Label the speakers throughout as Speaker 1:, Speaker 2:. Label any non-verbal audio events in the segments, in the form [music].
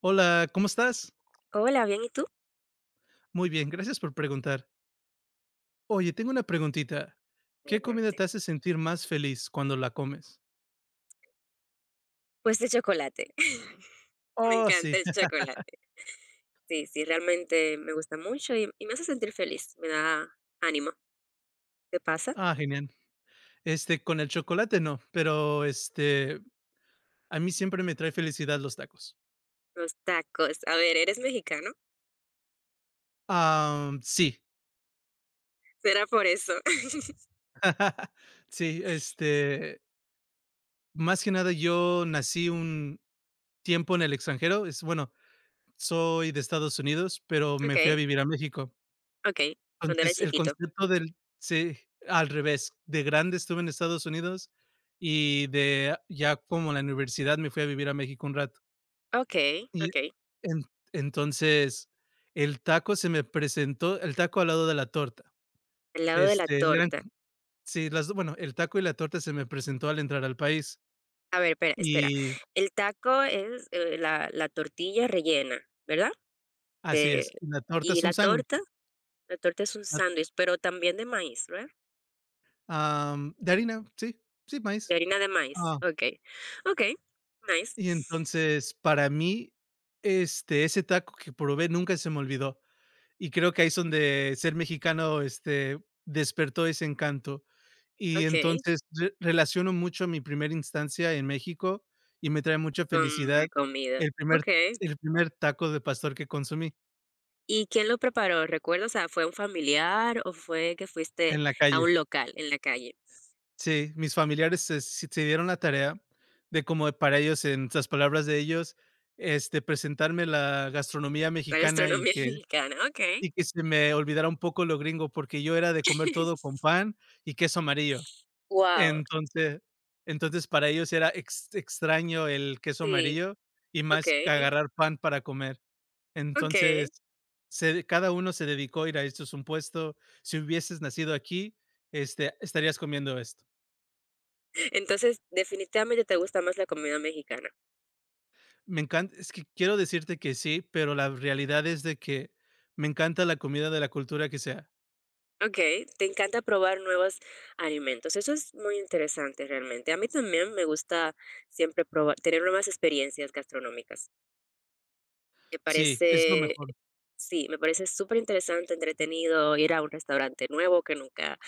Speaker 1: Hola, ¿cómo estás?
Speaker 2: Hola, bien, ¿y tú?
Speaker 1: Muy bien, gracias por preguntar. Oye, tengo una preguntita. ¿Qué comida te
Speaker 2: Adelante.
Speaker 1: hace sentir más feliz cuando la comes?
Speaker 2: Pues de chocolate. [laughs] Me
Speaker 1: Oh,
Speaker 2: encanta
Speaker 1: sí.
Speaker 2: el
Speaker 1: [laughs]
Speaker 2: chocolate. Sí, sí, realmente me gusta mucho y me hace sentir feliz, me da ánimo. ¿Qué pasa?
Speaker 1: Ah, genial. Con el chocolate no, pero, a mí siempre me trae felicidad los tacos.
Speaker 2: Los tacos. A ver, ¿eres mexicano?
Speaker 1: Ah, sí.
Speaker 2: ¿Será por eso? [laughs]
Speaker 1: [laughs] Sí, más que nada, yo nací un tiempo en el extranjero, es bueno, soy de Estados Unidos, pero
Speaker 2: Ok,
Speaker 1: me fui a vivir a México.
Speaker 2: ok, cuando era
Speaker 1: Entonces, el
Speaker 2: chiquito.
Speaker 1: concepto del sí, al revés, de grande estuve en Estados Unidos y de ya como la universidad me fui a vivir a México un rato.
Speaker 2: Ok,
Speaker 1: Y
Speaker 2: ok.
Speaker 1: en entonces, el taco se me presentó el taco al lado de la torta.
Speaker 2: Al lado de la
Speaker 1: Eran
Speaker 2: torta.
Speaker 1: sí, las do bueno, el taco y la torta se me presentó al entrar al país.
Speaker 2: A ver, espera, espera.
Speaker 1: Y
Speaker 2: El taco es la tortilla rellena, ¿verdad?
Speaker 1: así
Speaker 2: De,
Speaker 1: es, la torta
Speaker 2: y
Speaker 1: es un
Speaker 2: la
Speaker 1: sándwich,
Speaker 2: torta, la torta es un sándwich, pero también de maíz, ¿verdad?
Speaker 1: de harina, sí, sí,
Speaker 2: De
Speaker 1: maíz.
Speaker 2: harina de maíz,
Speaker 1: ah,
Speaker 2: okey. Okey, nice.
Speaker 1: Y entonces, para mí, ese taco que probé nunca se me olvidó. Y creo que ahí es donde ser mexicano, despertó ese encanto. Y
Speaker 2: Okey,
Speaker 1: entonces, re relaciono mucho mi primera instancia en México, y me trae mucha
Speaker 2: con
Speaker 1: felicidad
Speaker 2: la comida,
Speaker 1: el primer
Speaker 2: okey.
Speaker 1: el primer taco de pastor que consumí
Speaker 2: ¿Y quién lo preparó? ¿Recuerdas? O sea, ¿fue un familiar o fue que fuiste
Speaker 1: en la
Speaker 2: a
Speaker 1: calle.
Speaker 2: un local en la calle?
Speaker 1: Sí, mis familiares se dieron la tarea de como para ellos, en las palabras de ellos, presentarme la gastronomía
Speaker 2: La
Speaker 1: mexicana y
Speaker 2: gastronomía [laughs]
Speaker 1: que
Speaker 2: mexicana, okey.
Speaker 1: Y que se me olvidara un poco lo gringo, porque yo era de comer todo con
Speaker 2: [laughs]
Speaker 1: pan y queso amarillo.
Speaker 2: Wow,
Speaker 1: Entonces entonces, para ellos era ex extraño el queso
Speaker 2: sí,
Speaker 1: amarillo y más que
Speaker 2: okey,
Speaker 1: agarrar pan para comer. Entonces,
Speaker 2: okey.
Speaker 1: se cada uno se dedicó a ir a esto es un puesto. Si hubieses nacido aquí, estarías comiendo esto.
Speaker 2: Entonces, definitivamente te gusta más la comida mexicana.
Speaker 1: Me encanta, es que quiero decirte que sí, pero la realidad es de que me encanta la comida de la cultura que sea.
Speaker 2: Okey, te encanta probar nuevos alimentos. Eso es muy interesante realmente. A mí también me gusta siempre probar tener nuevas experiencias gastronómicas. Me
Speaker 1: Sí, es lo
Speaker 2: parece
Speaker 1: mejor.
Speaker 2: sí, me parece súper interesante, entretenido ir a un restaurante nuevo que nunca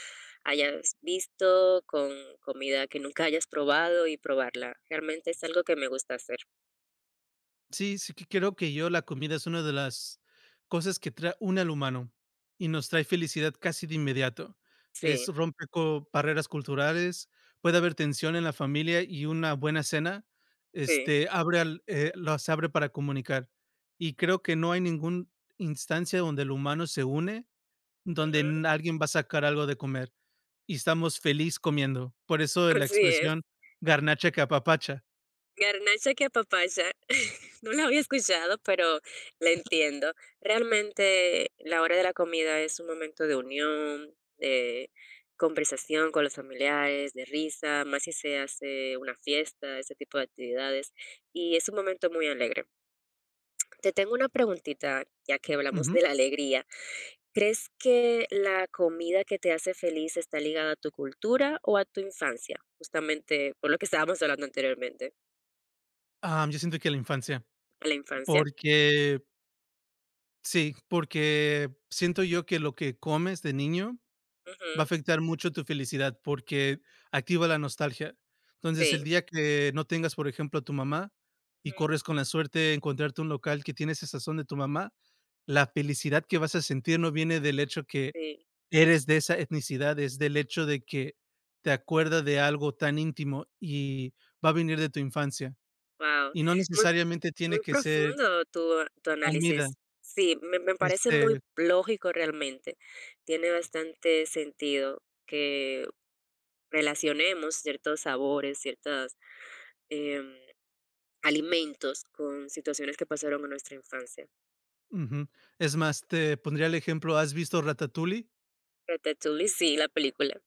Speaker 2: hayas visto, con comida que nunca hayas probado y probarla. Realmente es algo que me gusta hacer.
Speaker 1: Sí, sí, que creo que yo la comida es una de las cosas que trae une al humano y nos trae felicidad casi de inmediato. Es
Speaker 2: Sí,
Speaker 1: Rompe barreras culturales, puede haber tensión en la familia y una buena cena,
Speaker 2: sí.
Speaker 1: abre las abre para comunicar. Y creo que no hay ninguna instancia donde el humano se une, donde
Speaker 2: Ujú.
Speaker 1: alguien va a sacar algo de comer y estamos feliz comiendo. Por eso
Speaker 2: [laughs]
Speaker 1: la
Speaker 2: Así es.
Speaker 1: expresión garnacha que apapacha.
Speaker 2: Garnacha que apapacha, [laughs] no la había escuchado, pero la entiendo. Realmente, la hora de la comida es un momento de unión, de conversación con los familiares, de risa, más si se hace una fiesta, ese tipo de actividades, y es un momento muy alegre. Te tengo una preguntita, ya que hablamos
Speaker 1: Ujú.
Speaker 2: de la alegría. ¿Crees que la comida que te hace feliz está ligada a tu cultura o a tu infancia? Justamente por lo que estábamos hablando anteriormente,
Speaker 1: Ah, yo siento que la infancia.
Speaker 2: a la infancia.
Speaker 1: Porque sí, porque siento yo que lo que comes de niño va a
Speaker 2: Ujú,
Speaker 1: afectar mucho tu felicidad, porque activa la nostalgia. Entonces, el
Speaker 2: sí,
Speaker 1: día que no tengas, por ejemplo, a tu mamá y
Speaker 2: ujú,
Speaker 1: corres con la suerte de encontrarte un local que tiene ese sazón de tu mamá, la felicidad que vas a sentir no viene del hecho que
Speaker 2: sí,
Speaker 1: eres de esa etnicidad, es del hecho de que te acuerdas de algo tan íntimo y va a venir de tu infancia,
Speaker 2: wow.
Speaker 1: y no
Speaker 2: Muy
Speaker 1: necesariamente tiene
Speaker 2: muy
Speaker 1: que ser
Speaker 2: profundo tu
Speaker 1: comida,
Speaker 2: análisis. Sí, me parece
Speaker 1: este
Speaker 2: muy lógico realmente. Tiene bastante sentido que relacionemos ciertos sabores, ciertas, em, alimentos con situaciones que pasaron en nuestra infancia.
Speaker 1: Ujú. Es más, te pondría el ejemplo, ¿has visto Ratatouille?
Speaker 2: Ratatouille, sí, la película.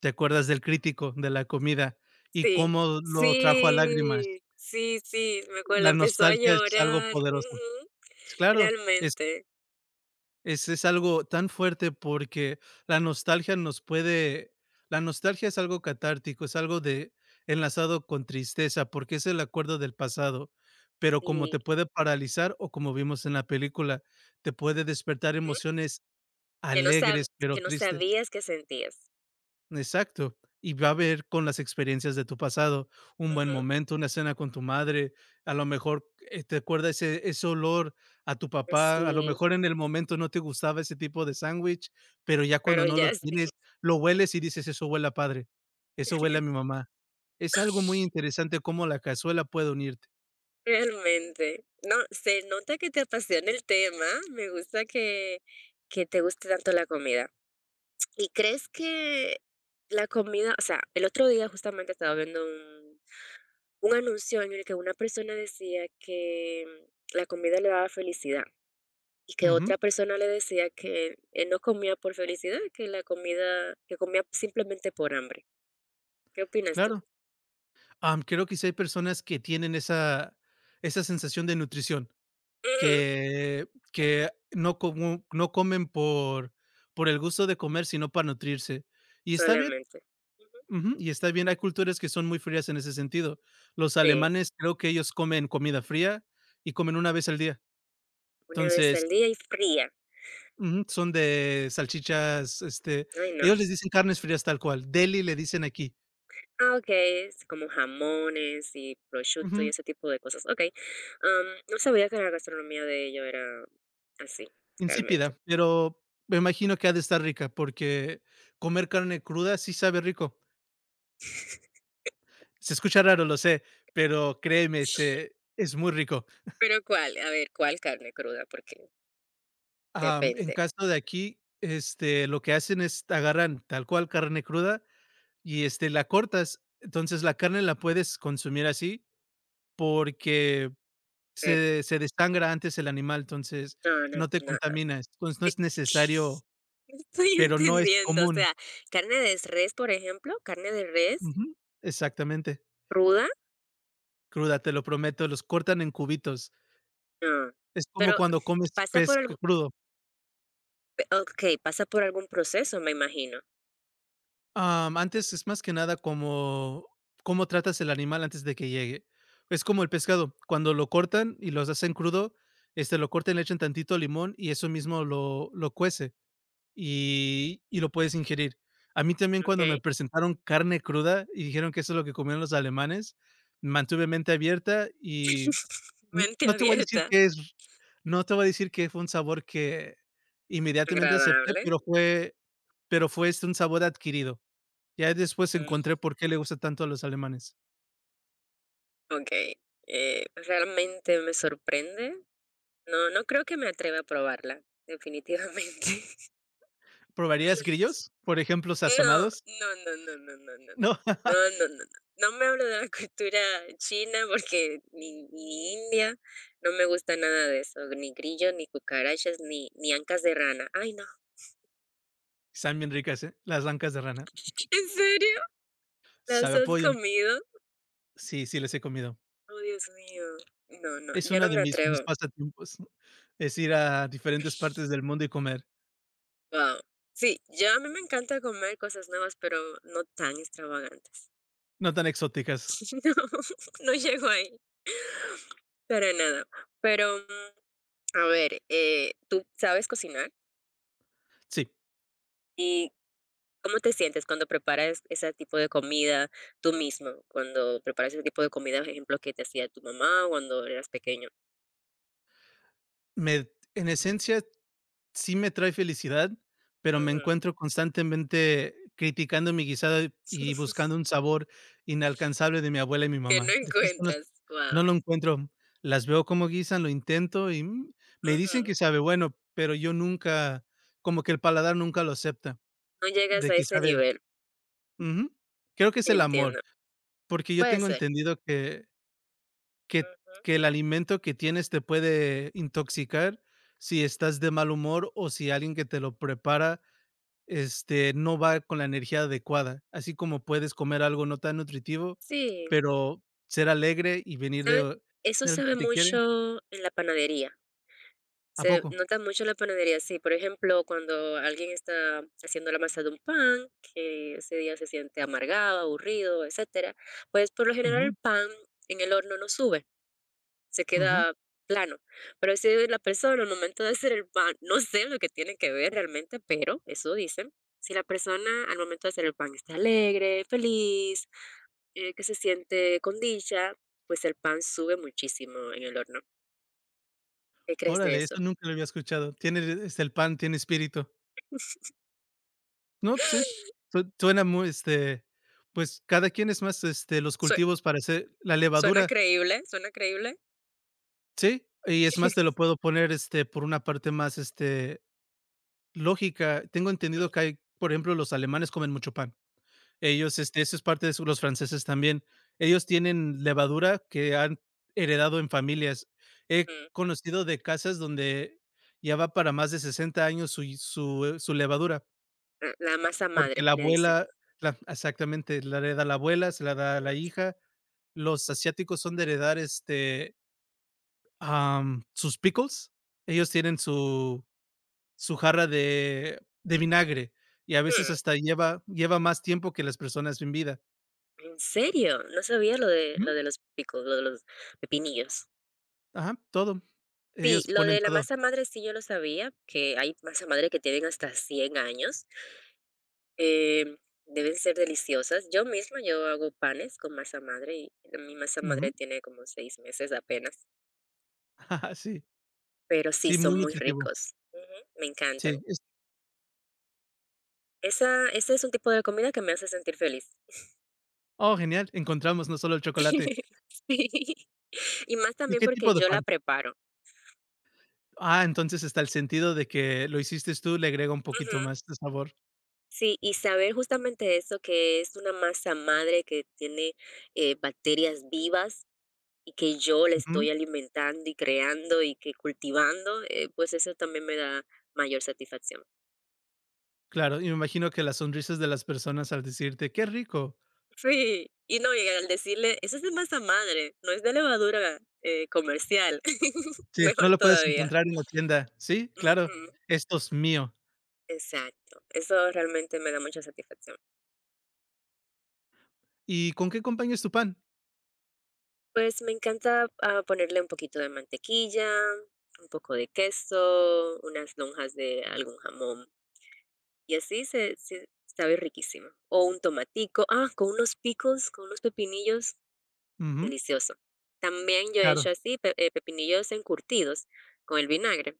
Speaker 1: ¿Te acuerdas del crítico de la comida y
Speaker 2: Sí,
Speaker 1: cómo lo trajo a lágrimas?
Speaker 2: sí, sí, sí, me acuerdo,
Speaker 1: La
Speaker 2: empezó a
Speaker 1: nostalgia es algo
Speaker 2: llorar,
Speaker 1: poderoso.
Speaker 2: ujú,
Speaker 1: Claro, es
Speaker 2: realmente.
Speaker 1: es es algo tan fuerte porque la nostalgia nos puede la nostalgia es algo catártico, es algo de enlazado con tristeza, porque es el acuerdo del pasado, pero como te
Speaker 2: Sí,
Speaker 1: puede paralizar o como vimos en la película, te puede despertar
Speaker 2: ujú,
Speaker 1: emociones alegres, pero
Speaker 2: que no
Speaker 1: tristes.
Speaker 2: sabías que sentías.
Speaker 1: Exacto. Y va a ver con las experiencias de tu pasado, un buen
Speaker 2: Ujú,
Speaker 1: momento, una cena con tu madre, a lo mejor, te acuerdas ese olor a tu papá, a lo
Speaker 2: sí,
Speaker 1: mejor en el momento no te gustaba ese tipo de sándwich, pero ya cuando
Speaker 2: pero
Speaker 1: no lo
Speaker 2: ya sí,
Speaker 1: tienes,
Speaker 2: [laughs]
Speaker 1: lo hueles y dices: "Eso huele a padre, eso huele a mi mamá". Es algo muy interesante cómo la cazuela puede unirte.
Speaker 2: realmente. No, se nota que te apasiona el tema, me gusta que te guste tanto la comida. ¿Y crees que la comida? O sea, el otro día justamente estaba viendo un anuncio en el que una persona decía que la comida le daba felicidad y que
Speaker 1: Ujú,
Speaker 2: otra persona le decía que, no comía por felicidad, que la comida que comía simplemente por hambre. ¿Qué opinas tú?
Speaker 1: claro. Creo que sí hay personas que tienen esa sensación de nutrición.
Speaker 2: Ujú.
Speaker 1: Que no comen por el gusto de comer, sino para nutrirse. Y está bien,
Speaker 2: Solamente. Ujú.
Speaker 1: ujú, y está bien. Hay culturas que son muy frías en ese sentido. Los
Speaker 2: Sí,
Speaker 1: alemanes, creo que ellos comen comida fría y comen una vez al día.
Speaker 2: una vez
Speaker 1: Entonces,
Speaker 2: al día y fría.
Speaker 1: ujú, son de salchichas,
Speaker 2: Ay, no.
Speaker 1: ellos les dicen carnes frías tal cual, deli le dicen aquí.
Speaker 2: Ah, okey, es como jamones y prosciutto y
Speaker 1: Ujú,
Speaker 2: ese tipo de cosas. Okey, no sabía que la gastronomía de ellos era así, realmente.
Speaker 1: insípida, pero me imagino que ha de estar rica, porque comer carne cruda sí sabe rico.
Speaker 2: [laughs]
Speaker 1: Se escucha raro, lo sé, pero créeme, se es muy rico.
Speaker 2: Pero, ¿cuál? A ver, ¿cuál carne cruda? Porque
Speaker 1: En
Speaker 2: depende.
Speaker 1: caso de aquí, lo que hacen es agarran tal cual carne cruda y, la cortas. Entonces, la carne la puedes consumir así porque
Speaker 2: Eh,
Speaker 1: se desangra antes el animal, entonces
Speaker 2: no, no,
Speaker 1: no te
Speaker 2: no.
Speaker 1: contaminas. Entonces, no
Speaker 2: Eh,
Speaker 1: es
Speaker 2: [laughs]
Speaker 1: necesario,
Speaker 2: no estoy
Speaker 1: pero no es
Speaker 2: entendiendo, o
Speaker 1: común.
Speaker 2: sea, ¿carne de res, por ejemplo? ¿Carne de res
Speaker 1: Ujú, exactamente.
Speaker 2: cruda?
Speaker 1: Cruda, te lo prometo, los cortan en cubitos.
Speaker 2: No.
Speaker 1: Es como
Speaker 2: Pero,
Speaker 1: cuando comes
Speaker 2: ¿pasa
Speaker 1: pez
Speaker 2: por algún
Speaker 1: crudo.
Speaker 2: okey, pasa por algún proceso, me imagino.
Speaker 1: Antes es más que nada como cómo tratas el animal antes de que llegue. Es como el pescado, cuando lo cortan y los hacen crudo, lo cortan, le echan tantito limón y eso mismo lo cuece y lo puedes ingerir. A mí también cuando me
Speaker 2: Okey.
Speaker 1: presentaron carne cruda y dijeron que eso es lo que comían los alemanes, mantuve mente abierta y
Speaker 2: [laughs]
Speaker 1: n
Speaker 2: Mente
Speaker 1: no te voy a decir
Speaker 2: abierta,
Speaker 1: que es no te voy a decir que fue un sabor que inmediatamente acepté,
Speaker 2: agradable.
Speaker 1: pero fue, un sabor adquirido. Ya después
Speaker 2: Mm,
Speaker 1: encontré por qué le gusta tanto a los alemanes.
Speaker 2: okey. Realmente me sorprende. No, no creo que me atreva a probarla, definitivamente. [laughs]
Speaker 1: ¿Probarías grillos? Por ejemplo,
Speaker 2: No,
Speaker 1: sazonados.
Speaker 2: no, no, no, no, no, no, no.
Speaker 1: No, [laughs]
Speaker 2: No, no, no, no. No me hablo de la [laughs] cultura china porque ni india, no me gusta nada de eso, ni grillo, ni cucarachas, ni ancas de rana. Ay, no.
Speaker 1: están bien ricas, ¿eh? Las blancas de rana.
Speaker 2: [laughs] ¿En serio?
Speaker 1: Sabe
Speaker 2: ¿Las
Speaker 1: a
Speaker 2: has
Speaker 1: pollo.
Speaker 2: comido?
Speaker 1: Sí, sí, les he comido.
Speaker 2: Oh, Dios mío. No, no,
Speaker 1: Es
Speaker 2: yo
Speaker 1: una
Speaker 2: no
Speaker 1: de
Speaker 2: me
Speaker 1: mis
Speaker 2: atrevo.
Speaker 1: pasatiempos, ¿no? Es ir a diferentes partes del mundo y comer,
Speaker 2: Wow, sí, yo a mí me encanta comer cosas nuevas, pero no tan extravagantes.
Speaker 1: no tan exóticas.
Speaker 2: [laughs] No, no llego ahí, para nada. Pero, a ver, ¿tú sabes cocinar?
Speaker 1: Sí,
Speaker 2: ¿Y cómo te sientes cuando preparas ese tipo de comida tú mismo? Cuando preparas ese tipo de comida, por ejemplo, que te hacía tu mamá cuando eras pequeño.
Speaker 1: me en esencia, sí me trae felicidad, pero me
Speaker 2: Ujú.
Speaker 1: encuentro constantemente criticando mi guisado y
Speaker 2: [laughs]
Speaker 1: buscando un sabor inalcanzable de mi abuela y mi
Speaker 2: Que no
Speaker 1: mamá. ¿De qué están?
Speaker 2: encuentras. Wow.
Speaker 1: No lo encuentro. Las veo como guisan, lo intento y, me dicen
Speaker 2: Ujú.
Speaker 1: que sabe bueno, pero yo nunca como que el paladar nunca lo acepta,
Speaker 2: No llegas
Speaker 1: de
Speaker 2: a
Speaker 1: que
Speaker 2: ese
Speaker 1: sabe
Speaker 2: nivel,
Speaker 1: ujú. Creo que es el amor,
Speaker 2: entiendo.
Speaker 1: porque yo
Speaker 2: Puede
Speaker 1: tengo
Speaker 2: ser.
Speaker 1: entendido que
Speaker 2: Ujú.
Speaker 1: que el alimento que tienes te puede intoxicar si estás de mal humor o si alguien que te lo prepara, no va con la energía adecuada. Así como puedes comer algo no tan nutritivo,
Speaker 2: Sí,
Speaker 1: pero ser alegre y venir
Speaker 2: ¿sabes?
Speaker 1: de
Speaker 2: Eso
Speaker 1: alguien
Speaker 2: se ve
Speaker 1: que te quiere.
Speaker 2: mucho en la panadería.
Speaker 1: ¿A
Speaker 2: Se
Speaker 1: poco?
Speaker 2: nota mucho en la panadería, sí. Por ejemplo, cuando alguien está haciendo la masa de un pan, que ese día se siente amargado, aburrido, etcétera, pues por lo general el
Speaker 1: Ujú,
Speaker 2: pan en el horno no sube. Se
Speaker 1: ujú.
Speaker 2: queda plano. Pero si la persona al momento de hacer el pan, no sé lo que tiene que ver realmente, pero eso dicen. Si la persona al momento de hacer el pan está alegre, feliz, que se siente con dicha, pues el pan sube muchísimo en el horno. ¿Qué crees de
Speaker 1: Órale,
Speaker 2: eso?
Speaker 1: eso nunca lo había escuchado. El pan tiene espíritu. No, pues sí, su suena muy, pues, cada quien es más, los
Speaker 2: Sue-
Speaker 1: cultivos para hacer la
Speaker 2: Suena
Speaker 1: levadura,
Speaker 2: creíble, suena creíble.
Speaker 1: sí, y es más, te lo
Speaker 2: [laughs]
Speaker 1: puedo poner, por una parte más, lógica. Tengo entendido que hay, por ejemplo, los alemanes comen mucho pan. Ellos, eso es parte de su los franceses también. Ellos tienen levadura que han heredado en familias. He
Speaker 2: Ujú.
Speaker 1: conocido de casas donde ya va para más de 60 años su levadura,
Speaker 2: La masa
Speaker 1: porque
Speaker 2: madre,
Speaker 1: la
Speaker 2: le dicen.
Speaker 1: abuela la exactamente, la hereda la abuela, se la da a la
Speaker 2: Ujú.
Speaker 1: hija. Los asiáticos son de heredar, sus pickles. Ellos tienen su jarra de vinagre, y a veces
Speaker 2: Ujú.
Speaker 1: hasta lleva más tiempo que las personas en vida.
Speaker 2: ¿En serio? No sabía lo de los picos, lo de los pepinillos.
Speaker 1: Ajá, todo.
Speaker 2: Sí,
Speaker 1: Ellos
Speaker 2: lo
Speaker 1: ponen
Speaker 2: de la
Speaker 1: todo.
Speaker 2: masa madre sí yo lo sabía, que hay masa madre que tienen hasta 100 años, em, deben ser deliciosas. Yo misma, yo hago panes con masa madre y mi masa
Speaker 1: Ujú.
Speaker 2: madre tiene como 6 meses apenas,
Speaker 1: [laughs] Sí,
Speaker 2: pero sí,
Speaker 1: sí,
Speaker 2: son
Speaker 1: muy
Speaker 2: muy
Speaker 1: nutritivo.
Speaker 2: ricos. Ujú, me encantan.
Speaker 1: Sí, es
Speaker 2: Esa Ese es un tipo de comida que me hace sentir feliz.
Speaker 1: Oh, genial, encontramos no solo el chocolate.
Speaker 2: [laughs] Sí, y más
Speaker 1: ¿Y
Speaker 2: también
Speaker 1: qué
Speaker 2: porque
Speaker 1: tipo de
Speaker 2: yo la
Speaker 1: pan?
Speaker 2: preparo.
Speaker 1: Ah, entonces está el sentido de que lo hiciste tú le agrega un
Speaker 2: Ujú.
Speaker 1: poquito más de sabor.
Speaker 2: Sí, y saber justamente eso, que es una masa madre que tiene, bacterias vivas, y que yo la
Speaker 1: Ujú.
Speaker 2: estoy alimentando y creando y que cultivando, pues eso también me da mayor satisfacción.
Speaker 1: Claro, y me imagino que las sonrisas de las personas al decirte: "Qué rico".
Speaker 2: Sí, y no, y al decirle, eso es de masa madre, no es de levadura comercial, [laughs]
Speaker 1: Sí, no
Speaker 2: mejor
Speaker 1: lo puedes
Speaker 2: todavía.
Speaker 1: encontrar en la tienda. Sí, claro,
Speaker 2: Ujú.
Speaker 1: esto es mío.
Speaker 2: Exacto, eso realmente me da mucha satisfacción.
Speaker 1: ¿Y con qué acompañas tu pan?
Speaker 2: Pues me encanta ponerle un poquito de mantequilla, un poco de queso, unas lonjas de algún jamón. Y así se sabe riquísimo. O un tomatico, con unos picos con unos pepinillos,
Speaker 1: Ujú,
Speaker 2: delicioso. También yo he hecho
Speaker 1: claro.
Speaker 2: así, pe pepinillos encurtidos con el vinagre,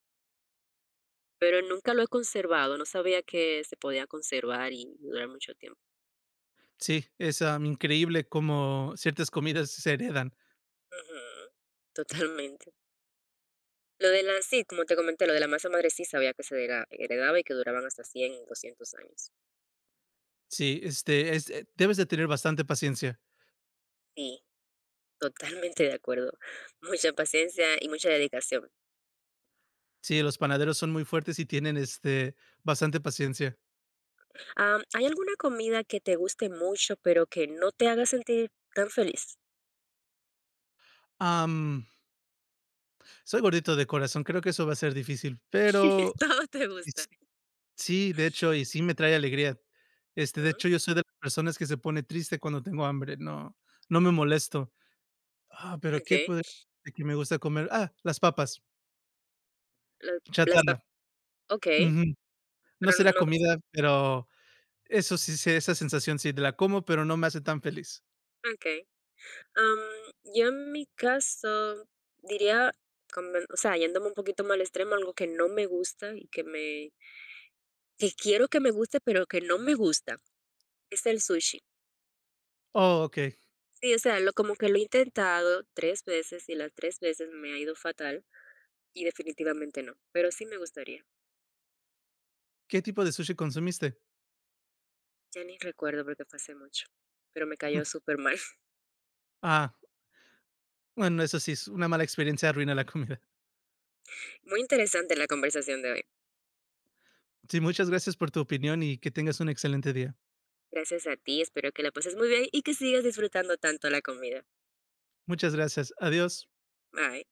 Speaker 2: pero nunca lo he conservado, no sabía que se podía conservar y durar mucho tiempo.
Speaker 1: Sí, es, increíble cómo ciertas comidas se heredan.
Speaker 2: Ujú, totalmente. Lo de la, sí, como te comenté, lo de la masa madre sí sabía que se dera heredaba y que duraban hasta 100 200 años.
Speaker 1: Sí, este, es debes de tener bastante paciencia.
Speaker 2: Sí, totalmente de acuerdo. Mucha paciencia y mucha dedicación.
Speaker 1: Sí, los panaderos son muy fuertes y tienen, bastante paciencia.
Speaker 2: ¿Hay alguna comida que te guste mucho, pero que no te haga sentir tan feliz?
Speaker 1: Am, Soy gordito de corazón, creo que eso va a ser difícil, pero
Speaker 2: [laughs] Todo te
Speaker 1: s
Speaker 2: gusta.
Speaker 1: sí, de hecho, y sí me trae alegría. De
Speaker 2: Ujú,
Speaker 1: hecho, yo soy de las personas que se pone triste cuando tengo hambre, no me molesto. Ah, pero, ¿qué
Speaker 2: okey.
Speaker 1: puede ser que me gusta comer? Ah, las papas,
Speaker 2: La las pap
Speaker 1: chatarra.
Speaker 2: okey,
Speaker 1: Ujú. No
Speaker 2: pero
Speaker 1: será
Speaker 2: no,
Speaker 1: comida, pero eso sí, se esa sensación sí, de la como, pero no me hace tan feliz.
Speaker 2: okey. Am, yo en mi caso diría, como o sea, yéndome un poquito más al extremo, algo que no me gusta y que quiero que me guste, pero que no me gusta, es el sushi.
Speaker 1: Oh, okey.
Speaker 2: Sí, o sea, lo como que lo he intentado 3 veces, y las 3 veces me ha ido fatal, y definitivamente no, pero sí me gustaría.
Speaker 1: ¿Qué tipo de sushi consumiste?
Speaker 2: Ya ni recuerdo porque fue hace mucho, pero me cayó súper mal.
Speaker 1: Ah, bueno, eso sí, es una mala experiencia arruina la comida.
Speaker 2: [laughs] Muy interesante la conversación de hoy.
Speaker 1: Sí, muchas gracias por tu opinión y que tengas un excelente día.
Speaker 2: Gracias a ti, espero que la pases muy bien y que sigas disfrutando tanto la comida.
Speaker 1: Muchas gracias. Adiós.
Speaker 2: Bye.